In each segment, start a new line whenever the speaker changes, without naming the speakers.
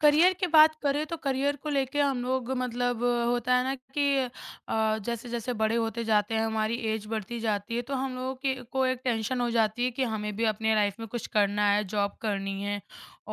Career की बात करें तो करियर को लेके हम लोग मतलब होता है ना कि जैसे-जैसे बड़े होते जाते हैं, हमारी एज बढ़ती जाती है, तो हम लोगों के को एक टेंशन हो जाती है कि हमें भी अपने लाइफ में कुछ करना है, जॉब करनी है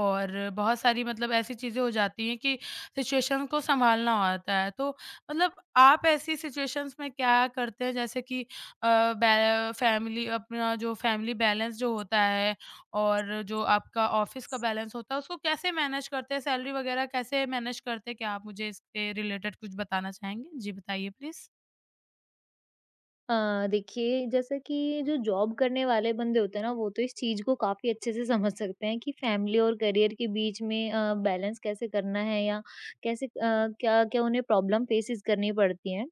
और बहुत सारी मतलब ऐसी चीज़ें हो जाती हैं कि सिचुएशन को सँभालना होता है। तो मतलब आप ऐसी सिचुएशंस में क्या करते हैं जैसे कि अ, बै फैमिली अपना जो फैमिली बैलेंस जो होता है और जो आपका ऑफ़िस का बैलेंस होता है, उसको कैसे मैनेज करते हैं? सैलरी वगैरह कैसे मैनेज करते हैं? क्या आप मुझे इसके रिलेटेड कुछ बताना चाहेंगे? जी, बताइए प्लीज़।
देखिए जैसे कि जो जॉब करने वाले बंदे होते हैं ना वो तो इस चीज़ को काफ़ी अच्छे से समझ सकते हैं कि फैमिली और करियर के बीच में बैलेंस कैसे करना है या कैसे क्या क्या उन्हें प्रॉब्लम फेसेस करनी पड़ती हैं।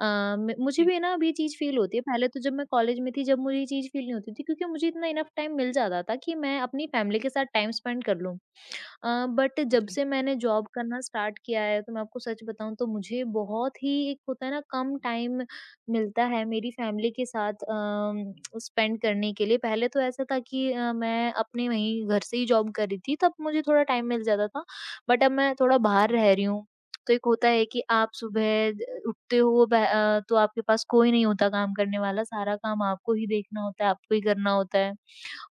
अ, म मुझे
जी,
भी है ना अभी ये चीज़ फ़ील होती है। पहले तो जब मैं कॉलेज में थी जब मुझे ये चीज़ फ़ील नहीं होती थी, क्योंकि मुझे इतना इनफ टाइम मिल जाता था कि मैं अपनी फैमिली के साथ टाइम स्पेंड कर लूँ। बट जब
जी,
से मैंने जॉब करना स्टार्ट किया है तो मैं आपको सच बताऊँ तो मुझे बहुत ही एक होता है ना कम टाइम मिलता है मेरी फैमिली के साथ स्पेंड करने के लिए। पहले तो ऐसा था कि मैं अपने वहीं घर से ही जॉब कर रही थी, तब मुझे थोड़ा टाइम मिल जाता था। बट अब मैं थोड़ा बाहर
जी,
रह रही हूँ, तो एक होता है कि आप सुबह ज उठते हो तो आपके पास कोई नहीं होता काम करने वाला, सारा काम आपको ही देखना होता है, आपको ही करना होता है।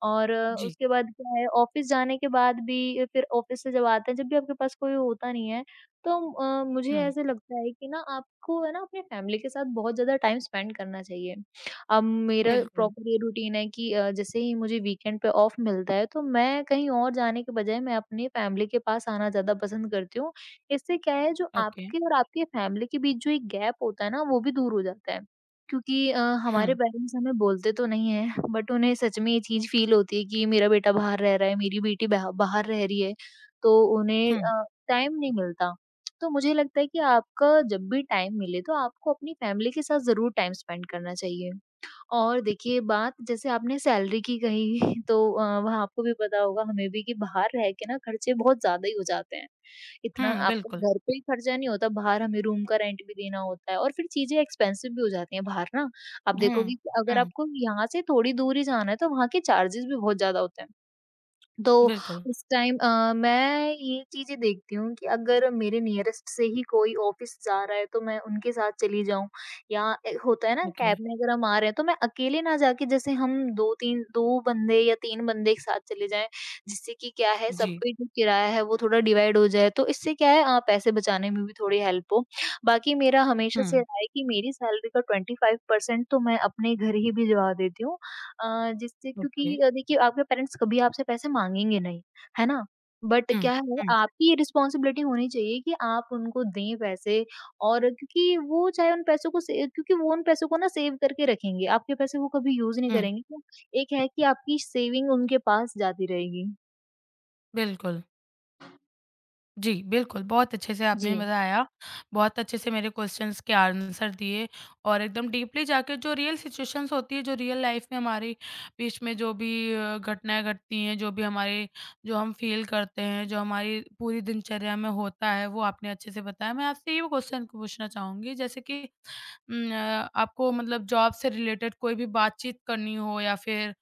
और
जी।
उसके बाद क्या है, ऑफ़िस जाने के बाद भी फिर ऑफ़िस से जब आते हैं जब भी आपके पास कोई होता नहीं है, तो मुझे
हुँ,
ऐसे लगता है कि ना आपको है ना अपनी फैमिली के साथ बहुत ज़्यादा टाइम स्पेंड करना चाहिए। अब मेरा
बिल्कुल,
प्रॉपर ये रूटीन है कि जैसे ही मुझे वीकेंड पे ऑफ मिलता है तो मैं कहीं और जाने के बजाय मैं अपनी फैमिली के पास आना ज़्यादा पसंद करती हूँ। इससे क्या है जो
ओके।
आपके और आपकी फैमिली के बीच जो एक गैप होता है ना वो भी दूर हो जाता है। क्योंकि हमारे
हुँ,
पेरेंट्स हमें बोलते तो नहीं है बट उन्हें सच में ये चीज़ फ़ील होती है कि मेरा बेटा बाहर रह रहा है, मेरी बेटी बाहर रह रही है, तो उन्हें
हुँ,
टाइम नहीं मिलता। तो मुझे लगता है कि आपका जब भी टाइम मिले तो आपको अपनी फैमिली के साथ ज़रूर टाइम स्पेंड करना चाहिए। और देखिए बात जैसे आपने सैलरी की कही तो वहाँ आपको भी पता होगा हमें भी कि बाहर रह के ना खर्चे बहुत ज़्यादा ही हो जाते हैं। इतना
हुँ,
आपको
बिल्कुल।
घर पे ही खर्चा नहीं होता, बाहर हमें रूम का रेंट भी देना होता है और फिर चीज़ें एक्सपेंसिव भी हो जाती हैं बाहर ना। आप
हुँ,
देखोगे कि अगर
हुँ,
आपको यहाँ से थोड़ी दूर ही जाना है तो वहाँ के चार्जेज़ भी बहुत ज़्यादा होते हैं। तो
बिल्कुल,
उस टाइम मैं ये चीज़ें देखती हूँ कि अगर मेरे नियरेस्ट से ही कोई ऑफ़िस जा रहा है तो मैं उनके साथ चली जाऊँ या होता है ना
ओके,
कैब में अगर हम आ रहे हैं तो मैं अकेले ना जाके जैसे हम 2-3 2 बंदे या 3 बंदे एक साथ चले जाएँ, जिससे कि क्या है
जी।
सबका जो किराया है वो थोड़ा डिवाइड हो जाए, तो इससे क्या है पैसे बचाने में भी थोड़ी हेल्प हो। बाकी मेरा हमेशा से
हुँ,
रहा है कि मेरी सैलरी का 25% तो मैं अपने घर ही भिजवा देती हूँ, अ, जिससे
ओके।
क्योंकि देखिए आपके पेरेंट्स कभी आपसे पैसे माँगेंगे नहीं, है ना? बट
हुँ,
क्या है
हुँ,
आपकी ये रिस्पॉन्सिबिलिटी होनी चाहिए कि आप उनको दें पैसे, और क्योंकि वो चाहे उन पैसों को से क्योंकि वो उन पैसों को ना सेव करके रखेंगे, आपके पैसे वो कभी यूज़ नहीं
हुँ,
करेंगे, तो एक है कि आपकी सेविंग उनके पास जाती रहेगी।
बिल्कुल। जी, बिल्कुल, बहुत अच्छे से आपने
जी।
बताया, बहुत अच्छे से मेरे क्वेश्चन्स के आंसर दिए और एकदम डीपली जाके जो रियल सिचुएशंस होती है, जो रियल लाइफ़ में हमारे बीच में जो भी घटनाएँ घटती हैं, जो भी हमारे जो हम फ़ील करते हैं, जो हमारी पूरी दिनचर्या में होता है, वो आपने अच्छे से बताया। मैं आपसे ये क्वेश्चन पूछना चाहूँगी जैसे कि आपको मतलब जॉब से रिलेटेड कोई भी बातचीत करनी हो या फिर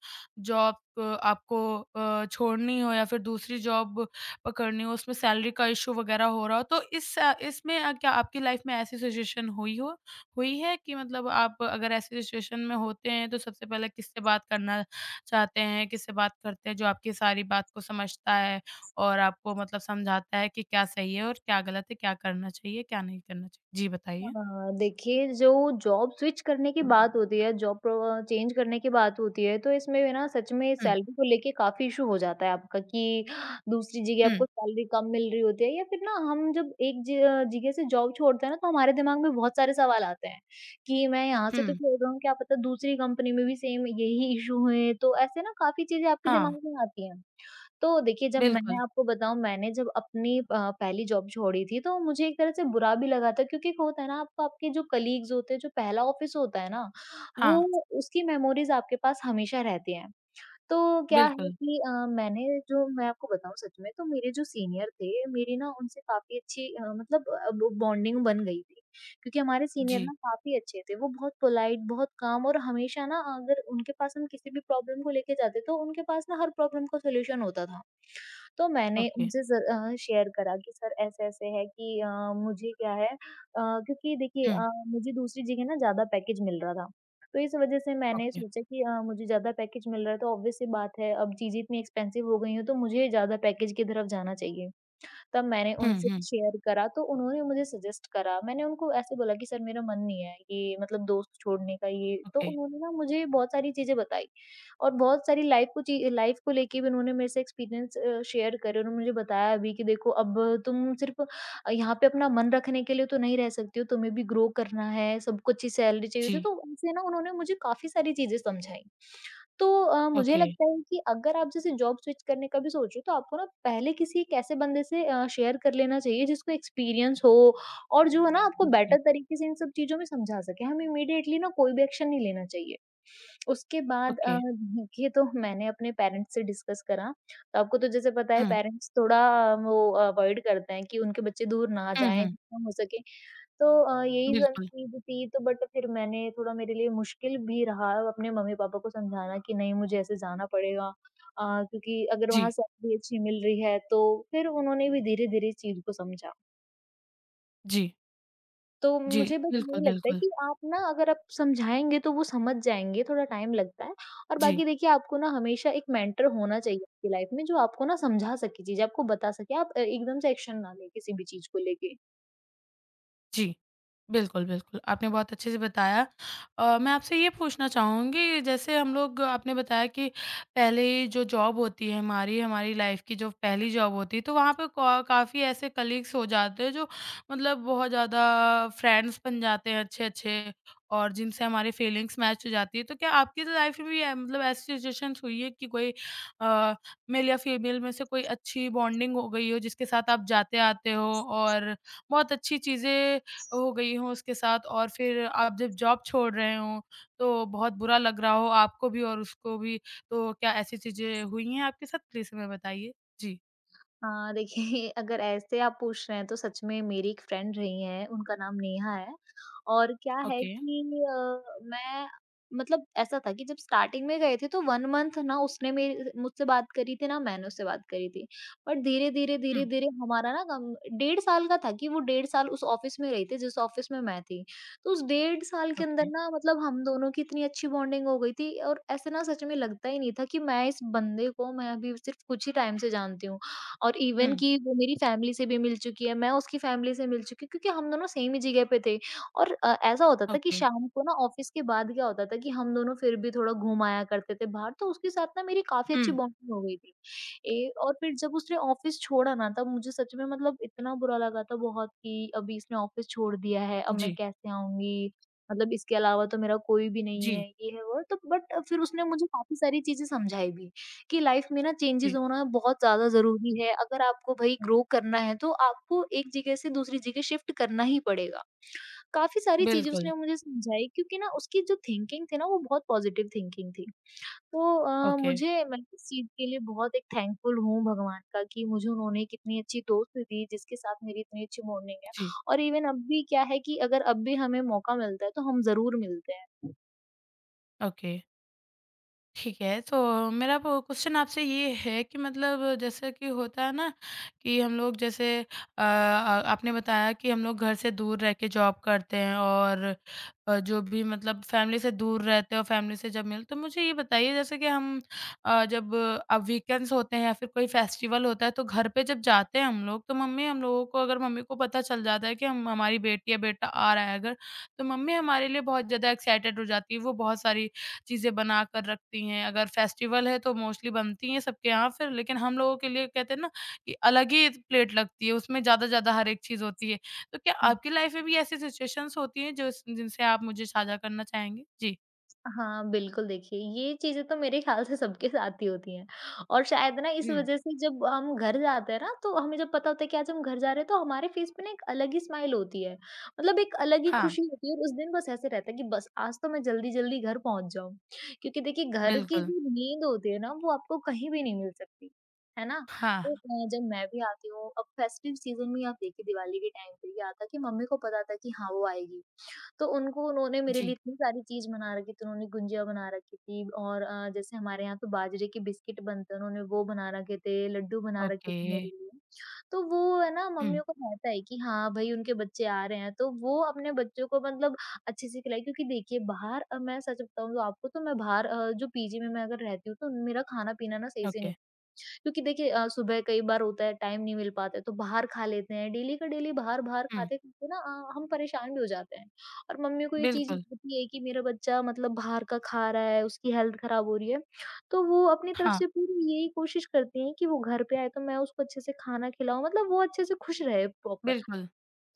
जॉब आपको छोड़नी हो या फिर दूसरी जॉब पकड़नी हो, उसमें सैलरी का इश्यू वगैरह हो रहा हो, तो इसमें क्या आपकी लाइफ में ऐसी सिचुएशन हुई है कि मतलब आप अगर ऐसी सिचुएशन में होते हैं, तो सबसे पहले किससे बात करना चाहते हैं? किससे बात करते हैं, जो आपकी सारी बात को समझता है और आपको मतलब समझाता है कि क्या सही है और क्या गलत है, क्या करना चाहिए, क्या नहीं करना चाहिए? जी, बताइए।
हाँ, देखिए जो जॉब स्विच करने की बात होती है, जॉब प्रो चेंज करने की बात होती है, तो इसमें भी ना सच में
हुँ,
सैलरी को लेके काफ़ी इश्यू हो जाता है आपका, कि दूसरी जगह
हुँ।
आपको सैलरी कम मिल रही होती है या फिर ना हम जब एक ज जगह से जॉब छोड़ते हैं ना, तो हमारे दिमाग में बहुत सारे सवाल आते हैं कि मैं यहाँ से तो
हुँ,
छोड़ रहा हूँ, क्या पता दूसरी कंपनी में भी सेम यही इश्यू है, तो ऐसे ना काफ़ी चीज़ें आपके
हाँ,
दिमाग में आती हैं। तो देखिए, जब मैं
बिल्कुल।
आपको बताऊँ मैंने जब अपनी पहली जॉब छोड़ी थी तो मुझे एक तरह से बुरा भी लगा था, क्योंकि एक होता है ना आपको आपके जो कलीग्स होते हैं, जो पहला ऑफ़िस होता है ना,
हाँ,
वो उसकी मेमोरीज़ आपके पास हमेशा रहती हैं। तो क्या है
बिल्कुल।
कि मैंने जो मैं आपको बताऊँ सच में तो मेरे जो सीनियर थे, मेरी ना उनसे काफ़ी अच्छी मतलब अ, ब बॉन्डिंग बन गई थी। क्योंकि हमारे सीनियर
जी,
ना काफ़ी अच्छे थे, वो बहुत पोलाइट, बहुत काम, और हमेशा ना अगर उनके पास हम किसी भी प्रॉब्लम को लेके जाते तो उनके पास ना हर प्रॉब्लम का सॉल्यूशन होता था। तो मैंने
ओके।
उनसे शेयर करा कि सर ऐसे-ऐसे है कि मुझे क्या है क्योंकि देखिए
हुँ,
मुझे दूसरी जगह ना ज़्यादा पैकेज मिल रहा था। तो इस वजह से मैंने
ओके।
सोचा कि मुझे ज़्यादा पैकेज मिल रहा है तो ऑब्वियस सी बात है अब चीज़ें इतनी एक्सपेंसिव हो गई हैं तो मुझे ज़्यादा पैकेज की तरफ जाना चाहिए। तब मैंने
हुँ,
उनसे
हुँ,
शेयर करा तो उन्होंने मुझे सजेस्ट करा। मैंने उनको ऐसे बोला कि सर मेरा मन नहीं है ये मतलब दोस्त छोड़ने का ये, तो
ओके।
उन्होंने ना मुझे बहुत सारी चीज़ें बताई और बहुत सारी लाइफ़ को ची लाइफ़ को लेके भी उन्होंने मेरे से एक्सपीरियंस शेयर करे। उन्होंने मुझे बताया भी कि देखो अब तुम सिर्फ़ यहाँ पे अपना मन रखने के लिए तो नहीं रह सकती हो, तुम्हें भी ग्रो करना है, सबको अच्छी सैलरी चाहिए होती है,
जी,
तो उनसे ना उन्होंने मुझे काफ़ी सारी चीज़ें समझाई। तो मुझे
ओके।
लगता है कि अगर आप जैसे जॉब स्विच करने का भी सोचो तो आपको ना पहले किसी एक ऐसे बंदे से शेयर कर लेना चाहिए जिसको एक्सपीरियंस हो और जो है ना आपको
जी,
बेटर तरीके से इन सब चीज़ों में समझा सके। हमें इमीडिएटली ना कोई भी एक्शन नहीं लेना चाहिए। उसके बाद
ओके।
ये तो मैंने अपने पेरेंट्स से डिस्कस करा। तो आपको तो जैसे पता है
हुँ,
पेरेंट्स थोड़ा वो अवॉइड करते हैं कि उनके बच्चे दूर ना
हुँ,
जाएँ,
हुँ,
जितना हो सके, तो यही
बिल्कुल।
संग थी तो बट फिर मैंने थोड़ा मेरे लिए मुश्किल भी रहा अपने मम्मी-पापा को समझाना कि नहीं मुझे ऐसे जाना पड़ेगा, अ, क्योंकि अगर वहाँ
जी,
सैलरी अच्छी मिल रही है तो फिर उन्होंने भी धीरे-धीरे इस चीज़ को समझा।
जी,
तो
जी,
मुझे बस
बिल्कुल,
यही लगता है
बिल्कुल।
कि आप ना अगर आप समझाएँगे तो वो समझ जाएँगे, थोड़ा टाइम लगता है। और बाकी
जी,
देखिए आपको ना हमेशा एक मेंटर होना चाहिए आपकी लाइफ में जो आपको ना समझा सके चीज़ें, आपको बता सके। आप एकदम से एक्शन ना लें किसी भी चीज़ को लेके।
जी। बिल्कुल, बिल्कुल, आपने बहुत अच्छे से बताया। मैं आपसे ये पूछना चाहूँगी जैसे हम लोग आपने बताया कि पहले जो जॉब होती है हमारी, हमारी लाइफ़ की जो पहली जॉब होती है तो वहाँ पे का काफ़ी ऐसे कलीग्स हो जाते हैं जो मतलब बहुत ज़्यादा फ्रेंड्स बन जाते हैं अच्छे-अच्छे और जिनसे हमारी फीलिंग्स मैच हो जाती है। तो क्या आपकी लाइफ़ में भी ए मतलब ऐसी सिचुएशंस हुई है कि कोई अ, मेल या फीमेल में से कोई अच्छी बॉन्डिंग हो गई हो जिसके साथ आप जाते-आते हो और बहुत अच्छी चीज़ें हो गई हों उसके साथ और फिर आप जब जॉब छोड़ रहे हों, तो बहुत बुरा लग रहा हो आपको भी और उसको भी। तो क्या ऐसी चीज़ें हुई हैं आपके साथ? प्लीज़ हमें बताइए। जी,
हाँ, देखिए अगर ऐसे आप पूछ रहे हैं तो सच में मेरी एक फ्रेंड रही हैं, उनका नाम नेहा है। और क्या है
ओके।
कि अ, मैं मतलब ऐसा था कि जब स्टार्टिंग में गए थे तो 1 मंथ ना उसने मेरे मुझसे बात करी थी ना मैंने उससे बात करी थी। बट धीरे-धीरे,
हुँ,
धीरे-धीरे हमारा ना कम 1.5 साल का था कि वो 1.5 साल उस ऑफ़िस में रही थी जिस ऑफ़िस में मैं थी। तो उस 1.5 साल के अंदर
ओके।
ना मतलब हम दोनों की इतनी अच्छी बॉन्डिंग हो गई थी और ऐसे ना सच में लगता ही नहीं था कि मैं इस बंदे को मैं अभी सिर्फ़ कुछ ही टाइम से जानती हूँ। और इवन
हुँ,
कि वो मेरी फैमिली से भी मिल चुकी है, मैं उसकी फैमिली से मिल चुकी हूँ, क्योंकि हम दोनों सेम ही जगह पे थे और ऐसा होता था कि
ओके।
शाम को ना ऑफ़िस के बाद क्या होता था कि हम दोनों फिर भी थोड़ा घूम आया करते थे बाहर, तो उसके साथ ना मेरी काफ़ी
हुँ,
अच्छी बॉन्डिंग हो गई थी। ए और फिर जब उसने ऑफ़िस छोड़ा ना तब मुझे सच में मतलब इतना बुरा लगा था बहुत कि अभी इसने ऑफ़िस छोड़ दिया है, अब मैं
जी,
कैसे आऊँगी? मतलब इसके अलावा तो मेरा कोई भी नहीं
जी,
है, ये है वो है, तो बट फिर उसने मुझे काफ़ी सारी चीज़ें समझाई भी। की लाइफ में ना चेंजेस
जी।
होना बहुत ज़्यादा ज़रूरी है। अगर आपको भई ग्रो करना है, तो आपको एक जगह से दूसरी जगह शिफ्ट करना ही पड़ेगा। काफ़ी सारी चीज़ें
बिल्कुल,
उसने मुझे समझाई, क्योंकि ना उसकी जो थिंकिंग थी ना, वो बहुत पॉजिटिव थिंकिंग थी। तो
ओके।
मुझे मैं इस चीज़ के लिए बहुत एक थैंकफुल हूँ भगवान का, कि मुझे उन्होंने कितनी अच्छी दोस्त दी जिसके साथ मेरी इतनी अच्छी बॉन्डिंग है।
जी,
और इवन अब भी क्या है कि अगर अब भी हमें मौका मिलता है, तो हम ज़रूर मिलते
ओके। ठीक है, तो मेरा वो क्वेश्चन आपसे ये है कि मतलब जैसे कि होता है ना कि हम लोग जैसे आपने बताया कि हम लोग घर से दूर रह के जॉब करते हैं और जो भी मतलब फैमिली से दूर रहते हैं और फैमिली से जब मिल तो मुझे ये बताइए जैसे कि हम अ, जब अब वीकेंड्स होते हैं या फिर कोई फेस्टिवल होता है तो घर पे जब जाते हैं हम लोग तो मम्मी हम लोगों को अगर मम्मी को पता चल जाता है कि हम हमारी बेटी या बेटा आ रहा है अगर, तो मम्मी हमारे लिए बहुत ज़्यादा एक्साइटेड हो जाती है। वो बहुत सारी चीज़ें बनाकर रखती हैं। अगर फेस्टिवल है तो मोस्टली बनती हैं सबके यहाँ फिर लेकिन हम लोगों के लिए कहते हैं ना कि अलग ही प्लेट लगती है, उसमें ज़्यादा-ज़्यादा हर एक चीज़ होती है। तो क्या
हैं।
आपकी लाइफ़ में भी ऐसी सिचुएशंस होती हैं जो जिनसे आप मुझे साझा करना चाहेंगे? जी।
हाँ, बिल्कुल, देखिए, ये चीज़ें तो मेरे ख़्याल से सबके साथ ही होती हैं, और शायद ना इस
हुँ।
वज़ह से जब हम घर जाते हैं ना, तो हमें जब पता होता है कि आज हम घर जा रहे हैं, तो हमारे फ़ेस पे ना एक अलग ही स्माइल होती है। मतलब एक अलग ही
हाँ,
खुशी होती है, और उस दिन बस ऐसे रहता है कि बस आज तो मैं जल्दी-जल्दी घर पहुँच जाऊँ। क्योंकि देखिए घर की
बिल्कुल।
जो नींद होती है ना, वो आपको कहीं भी नहीं मिल सकती, है ना?
हाँ,
तो जब मैं भी आती हूँ, अब फेस्टिव सीज़न में आप देखिए दिवाली के टाइम पे ये आता है कि मम्मी को पता था कि हाँ, वो आएगी। तो उनको उन्होंने मेरे लिए
जी।
इतनी सारी चीज़ बना रखी थी, उन्होंने गुंजिया बना रखी थी और जैसे हमारे यहाँ तो बाजरे के बिस्किट बनते हैं, उन्होंने वो बना रखे थे, लड्डू बना रखे
ओके।
थे मेरे लिए। तो वो है ना,
हुँ,
मम्मियों को रहता है कि हाँ, भई उनके बच्चे आ रहे हैं, तो वो अपने बच्चों को मतलब अच्छे से खिलाएँ, क्योंकि देखिए बाहर मैं सच बताऊँ तो आपको, तो मैं बाहर जो पीजी में मैं अगर रहती हूँ, तो मेरा खाना-पीना ना सही से
ओके।
नहीं। क्योंकि देखिए सुबह कई बार होता है टाइम नहीं मिल पाता है, तो बाहर खा लेते हैं, डेली का डेली बाहर बाहर
हुँ,
खाते खाते ना हम परेशान भी हो जाते हैं, और मम्मी को ये चीज
बिल्कुल।
होती है कि मेरा बच्चा मतलब बाहर का खा रहा है, उसकी हेल्थ खराब हो रही है। तो वो अपनी तरफ
हाँ,
से पूरी यही कोशिश करती हैं कि वो घर पे आए, तो मैं उसको अच्छे से खाना खिलाऊं, मतलब वो अच्छे से खुश रहे प्रॉपर।
बिल्कुल।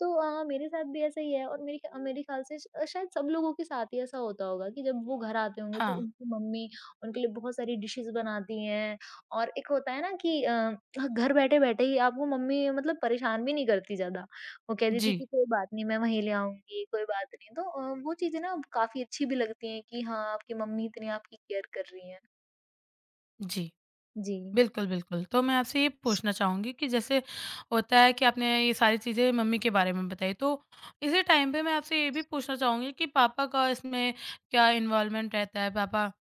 तो मेरे साथ भी ऐसा ही है और मेरे ख्याल से शायद सब लोगों के साथ ही ऐसा होता होगा कि जब वो घर आते होंगे, तो
हाँ,
उनकी मम्मी उनके लिए बहुत सारी डिशेज़ बनाती हैं। और एक होता है ना कि घर बैठे-बैठे ही आपको मम्मी मतलब परेशान भी नहीं करती ज़्यादा। वो कह देती कि
जी,
कोई बात नहीं, मैं वहीं ले आऊँगी, कोई बात नहीं। तो वो चीज़ें ना काफ़ी अच्छी भी लगती हैं कि हाँ, आपकी मम्मी इतनी आपकी केयर कर रही हैं।
जी।
जी।
बिल्कुल, बिल्कुल। तो मैं आपसे ये पूछना चाहूँगी कि जैसे होता है कि आपने ये सारी चीज़ें मम्मी के बारे में बताई, तो इसी टाइम पे मैं आपसे ये भी पूछना चाहूँगी कि पापा का इसमें क्या इन्वॉल्वमेंट रहता है? पापा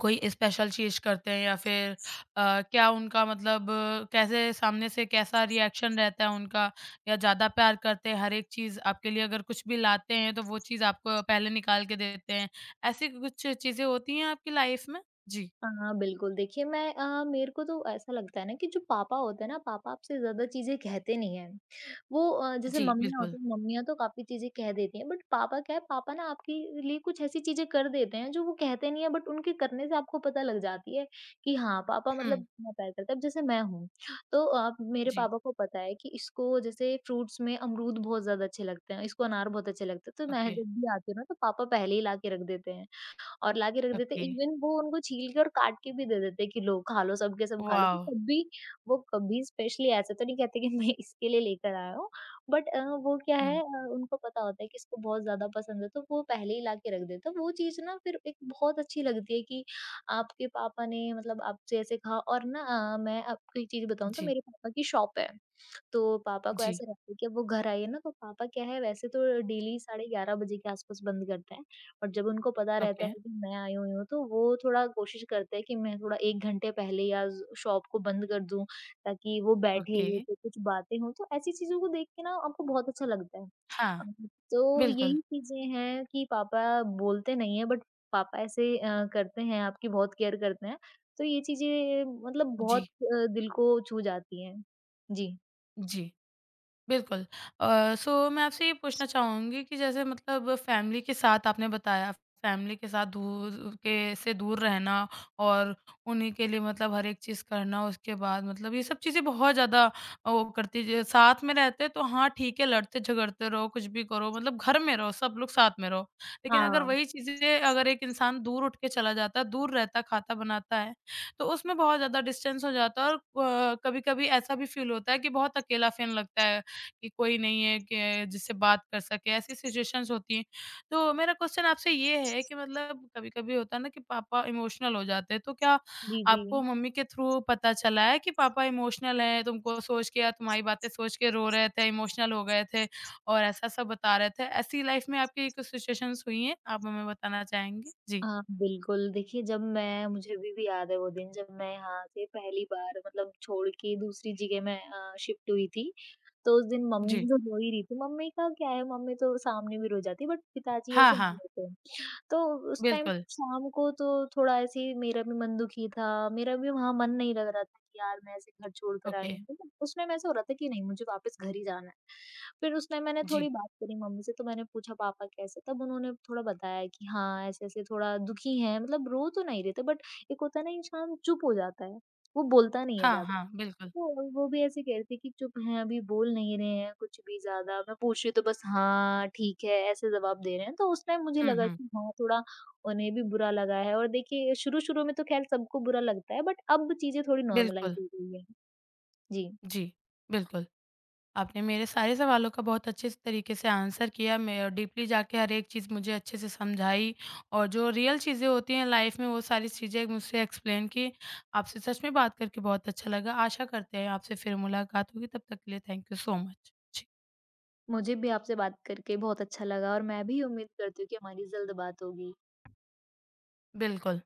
कोई स्पेशल चीज़ करते हैं या फिर क्या उनका मतलब कैसे सामने से कैसा रिएक्शन रहता है उनका? या ज़्यादा प्यार करते हैं, हर एक चीज़ आपके लिए अगर कुछ भी लाते हैं, तो वो चीज़ आपको पहले निकाल के देते हैं? ऐसी कुछ चीज़ें होती हैं आपकी लाइफ़ में? जी।
हाँ, बिल्कुल, देखिए, मेरे को तो ऐसा लगता है ना कि जो पापा होते हैं ना, पापा आपसे ज़्यादा चीज़ें कहते नहीं हैं। वो जैसे
जी,
मम्मियाँ
बिल्कुल।
होती हैं, मम्मियाँ तो काफ़ी चीज़ें कह देती हैं, बट पापा क्या है, पापा ना आपके लिए कुछ ऐसी चीज़ें कर देते हैं जो वो कहते नहीं है, बट उनके करने से आपको पता लग जाती है कि हाँ, पापा मतलब
हुँ,
कितना प्यार करते हैं। अब जैसे मैं हूँ, तो मेरे
जी।
पापा को पता है कि इसको जैसे फ्रूट्स में अमरूद बहुत ज़्यादा अच्छे लगते हैं, इसको अनार बहुत अच्छे लगते हैं, तो मैं
ओके,
जब भी आती हूँ ना, तो पापा पहले ही ला के रख देते हैं। और लाके रख देते,
ओके,
इवन वो उनको छील के और काट के भी दे देते कि लो खा लो, सब के सब खा लो।
वॉव!
वो कभी स्पेशली ऐसा तो नहीं कहते कि मैं इसके लिए लेकर आया हूँ, बट वो क्या है,
हुँ,
उनको पता होता है कि इसको बहुत ज्यादा पसंद है, तो वो पहले ही लाके रख देते वो चीज ना। फिर एक बहुत अच्छी लगती है कि आपके पापा ने मतलब आपसे ऐसे कहा और ना, मैं आपको एक चीज बताऊं, तो
जी,
मेरे पापा की शॉप है। तो पापा को
जी,
ऐसा रहता है कि अब वो घर आए ना, तो पापा क्या है, वैसे तो डेली साढ़े 11 बजे के आस-पास बंद करते हैं, और जब उनको पता रहता
ओके,
है कि मैं आई हुई हूँ, तो वो थोड़ा कोशिश करते हैं कि मैं थोड़ा 1 घंटे पहले या शॉप को बंद कर दूँ, ताकि वो
ओके,
बैठे तो कुछ बातें हों। तो ऐसी चीज़ों को देख के ना आपको बहुत अच्छा लगता है।
हाँ,
अम, तो
बिल्कुल,
यही चीज़ें हैं कि पापा बोलते नहीं हैं, बट पापा ऐसे करते हैं, आपकी बहुत केयर करते हैं। तो ये चीज़ें मतलब बहुत
जी,
दिल को छू जाती हैं। जी।
जी। बिल्कुल। अ, सो मैं आपसे ये पूछना चाहूँगी कि जैसे मतलब फैमिली के साथ आपने बताया, फैमिली के साथ दूर के से दूर रहना और उन्हीं के लिए मतलब हर एक चीज़ करना, उसके बाद मतलब ये सब चीज़ें बहुत ज़्यादा वो करती ज साथ में रहते हैं तो हाँ ठीक है, लड़ते-झगड़ते रहो, कुछ भी करो, मतलब घर में रहो, सब लोग साथ में रहो। लेकिन अगर
हाँ,
वही चीज़ें अगर एक इंसान दूर उठ के चला जाता है, दूर रहता, खाता-बनाता है, तो उसमें बहुत ज़्यादा डिस्टेंस हो जाता है और कभी-कभी ऐसा भी फ़ील होता है कि बहुत अकेलापन लगता है। कि कोई नहीं है कि जिससे बात कर सके, ऐसी सिचुएशंस होती हैं। तो मेरा क्वेश्चन आपसे ये है कि मतलब कभी-कभी होता है ना कि पापा इमोशनल हो जाते हैं, तो क्या
जी,
आपको
जी।
मम्मी के थ्रू पता चला है कि पापा इमोशनल हैं, तुमको सोच के या तुम्हारी बातें सोच के रो रहे थे, इमोशनल हो गए थे और ऐसा-ऐसा बता रहे थे? ऐसी लाइफ में आपकी कुछ सिचुएशंस हुई हैं, आप हमें बताना चाहेंगे? जी।
हाँ, बिल्कुल। देखिए, जब मैं मुझे अभी भी याद है वो दिन जब मैं यहाँ से पहली बार मतलब छोड़ के दूसरी जगह मैं शिफ्ट हुई थी। तो उस दिन मम्मी
जी।
तो रो ही रही थी, मम्मी का क्या है, मम्मी तो सामने भी रो जाती है, बट पिताजी
हाँ,
ऐसे नहीं
हाँ।
होते। तो उस टाइम
बिल्कुल।
शाम को तो थोड़ा ऐसे ही मेरा भी मन दुखी था, मेरा भी वहाँ मन नहीं लग रहा था कि यार मैं ऐसे घर छोड़ कर
ओके।
आई हूँ, मतलब उस टाइम ऐसा हो रहा था कि नहीं, मुझे वापस घर ही जाना है। फिर उस टाइम मैंने
जी।
थोड़ी बात करी मम्मी से, तो मैंने पूछा पापा कैसे? तब उन्होंने थोड़ा बताया कि हाँ, ऐसे-ऐसे थोड़ा दुखी हैं, मतलब रो तो नहीं रहे थे, बट एक होता है ना इंसान चुप हो जाता है, वो बोलता नहीं है
हाँ,
ज़्यादा।
हाँ। बिल्कुल।
तो वो भी ऐसे कह रहे थे कि चुप हैं, अभी बोल नहीं रहे हैं कुछ भी ज़्यादा। मैं पूछ रही हूँ तो बस हाँ, ठीक है, ऐसे जवाब दे रहे हैं। तो उस टाइम मुझे
हुँ,
लगा
हुँ।
कि हाँ, थोड़ा उन्हें भी बुरा लगा है, और देखिए शुरू-शुरू में तो ख़ैर सबको बुरा लगता है, बट अब चीज़ें थोड़ी नॉर्मलाइज़
बिल्कुल।
हो गई हैं। जी,
जी, बिल्कुल। आपने मेरे सारे सवालों का बहुत अच्छे से तरीके से आंसर किया मैं डीपली जाके हर एक चीज़ मुझे अच्छे से समझाई और जो रियल चीज़ें होती हैं लाइफ में वो सारी चीज़ें मुझसे एक्सप्लेन की। आपसे सच में बात करके बहुत अच्छा लगा। आशा करते हैं आपसे फिर मुलाकात होगी। तब तक के लिए थैंक यू सो मच। जी,
मुझे भी आपसे बात करके बहुत अच्छा लगा और मैं भी उम्मीद करती हूँ कि हमारी जल्द बात होगी।
बिल्कुल।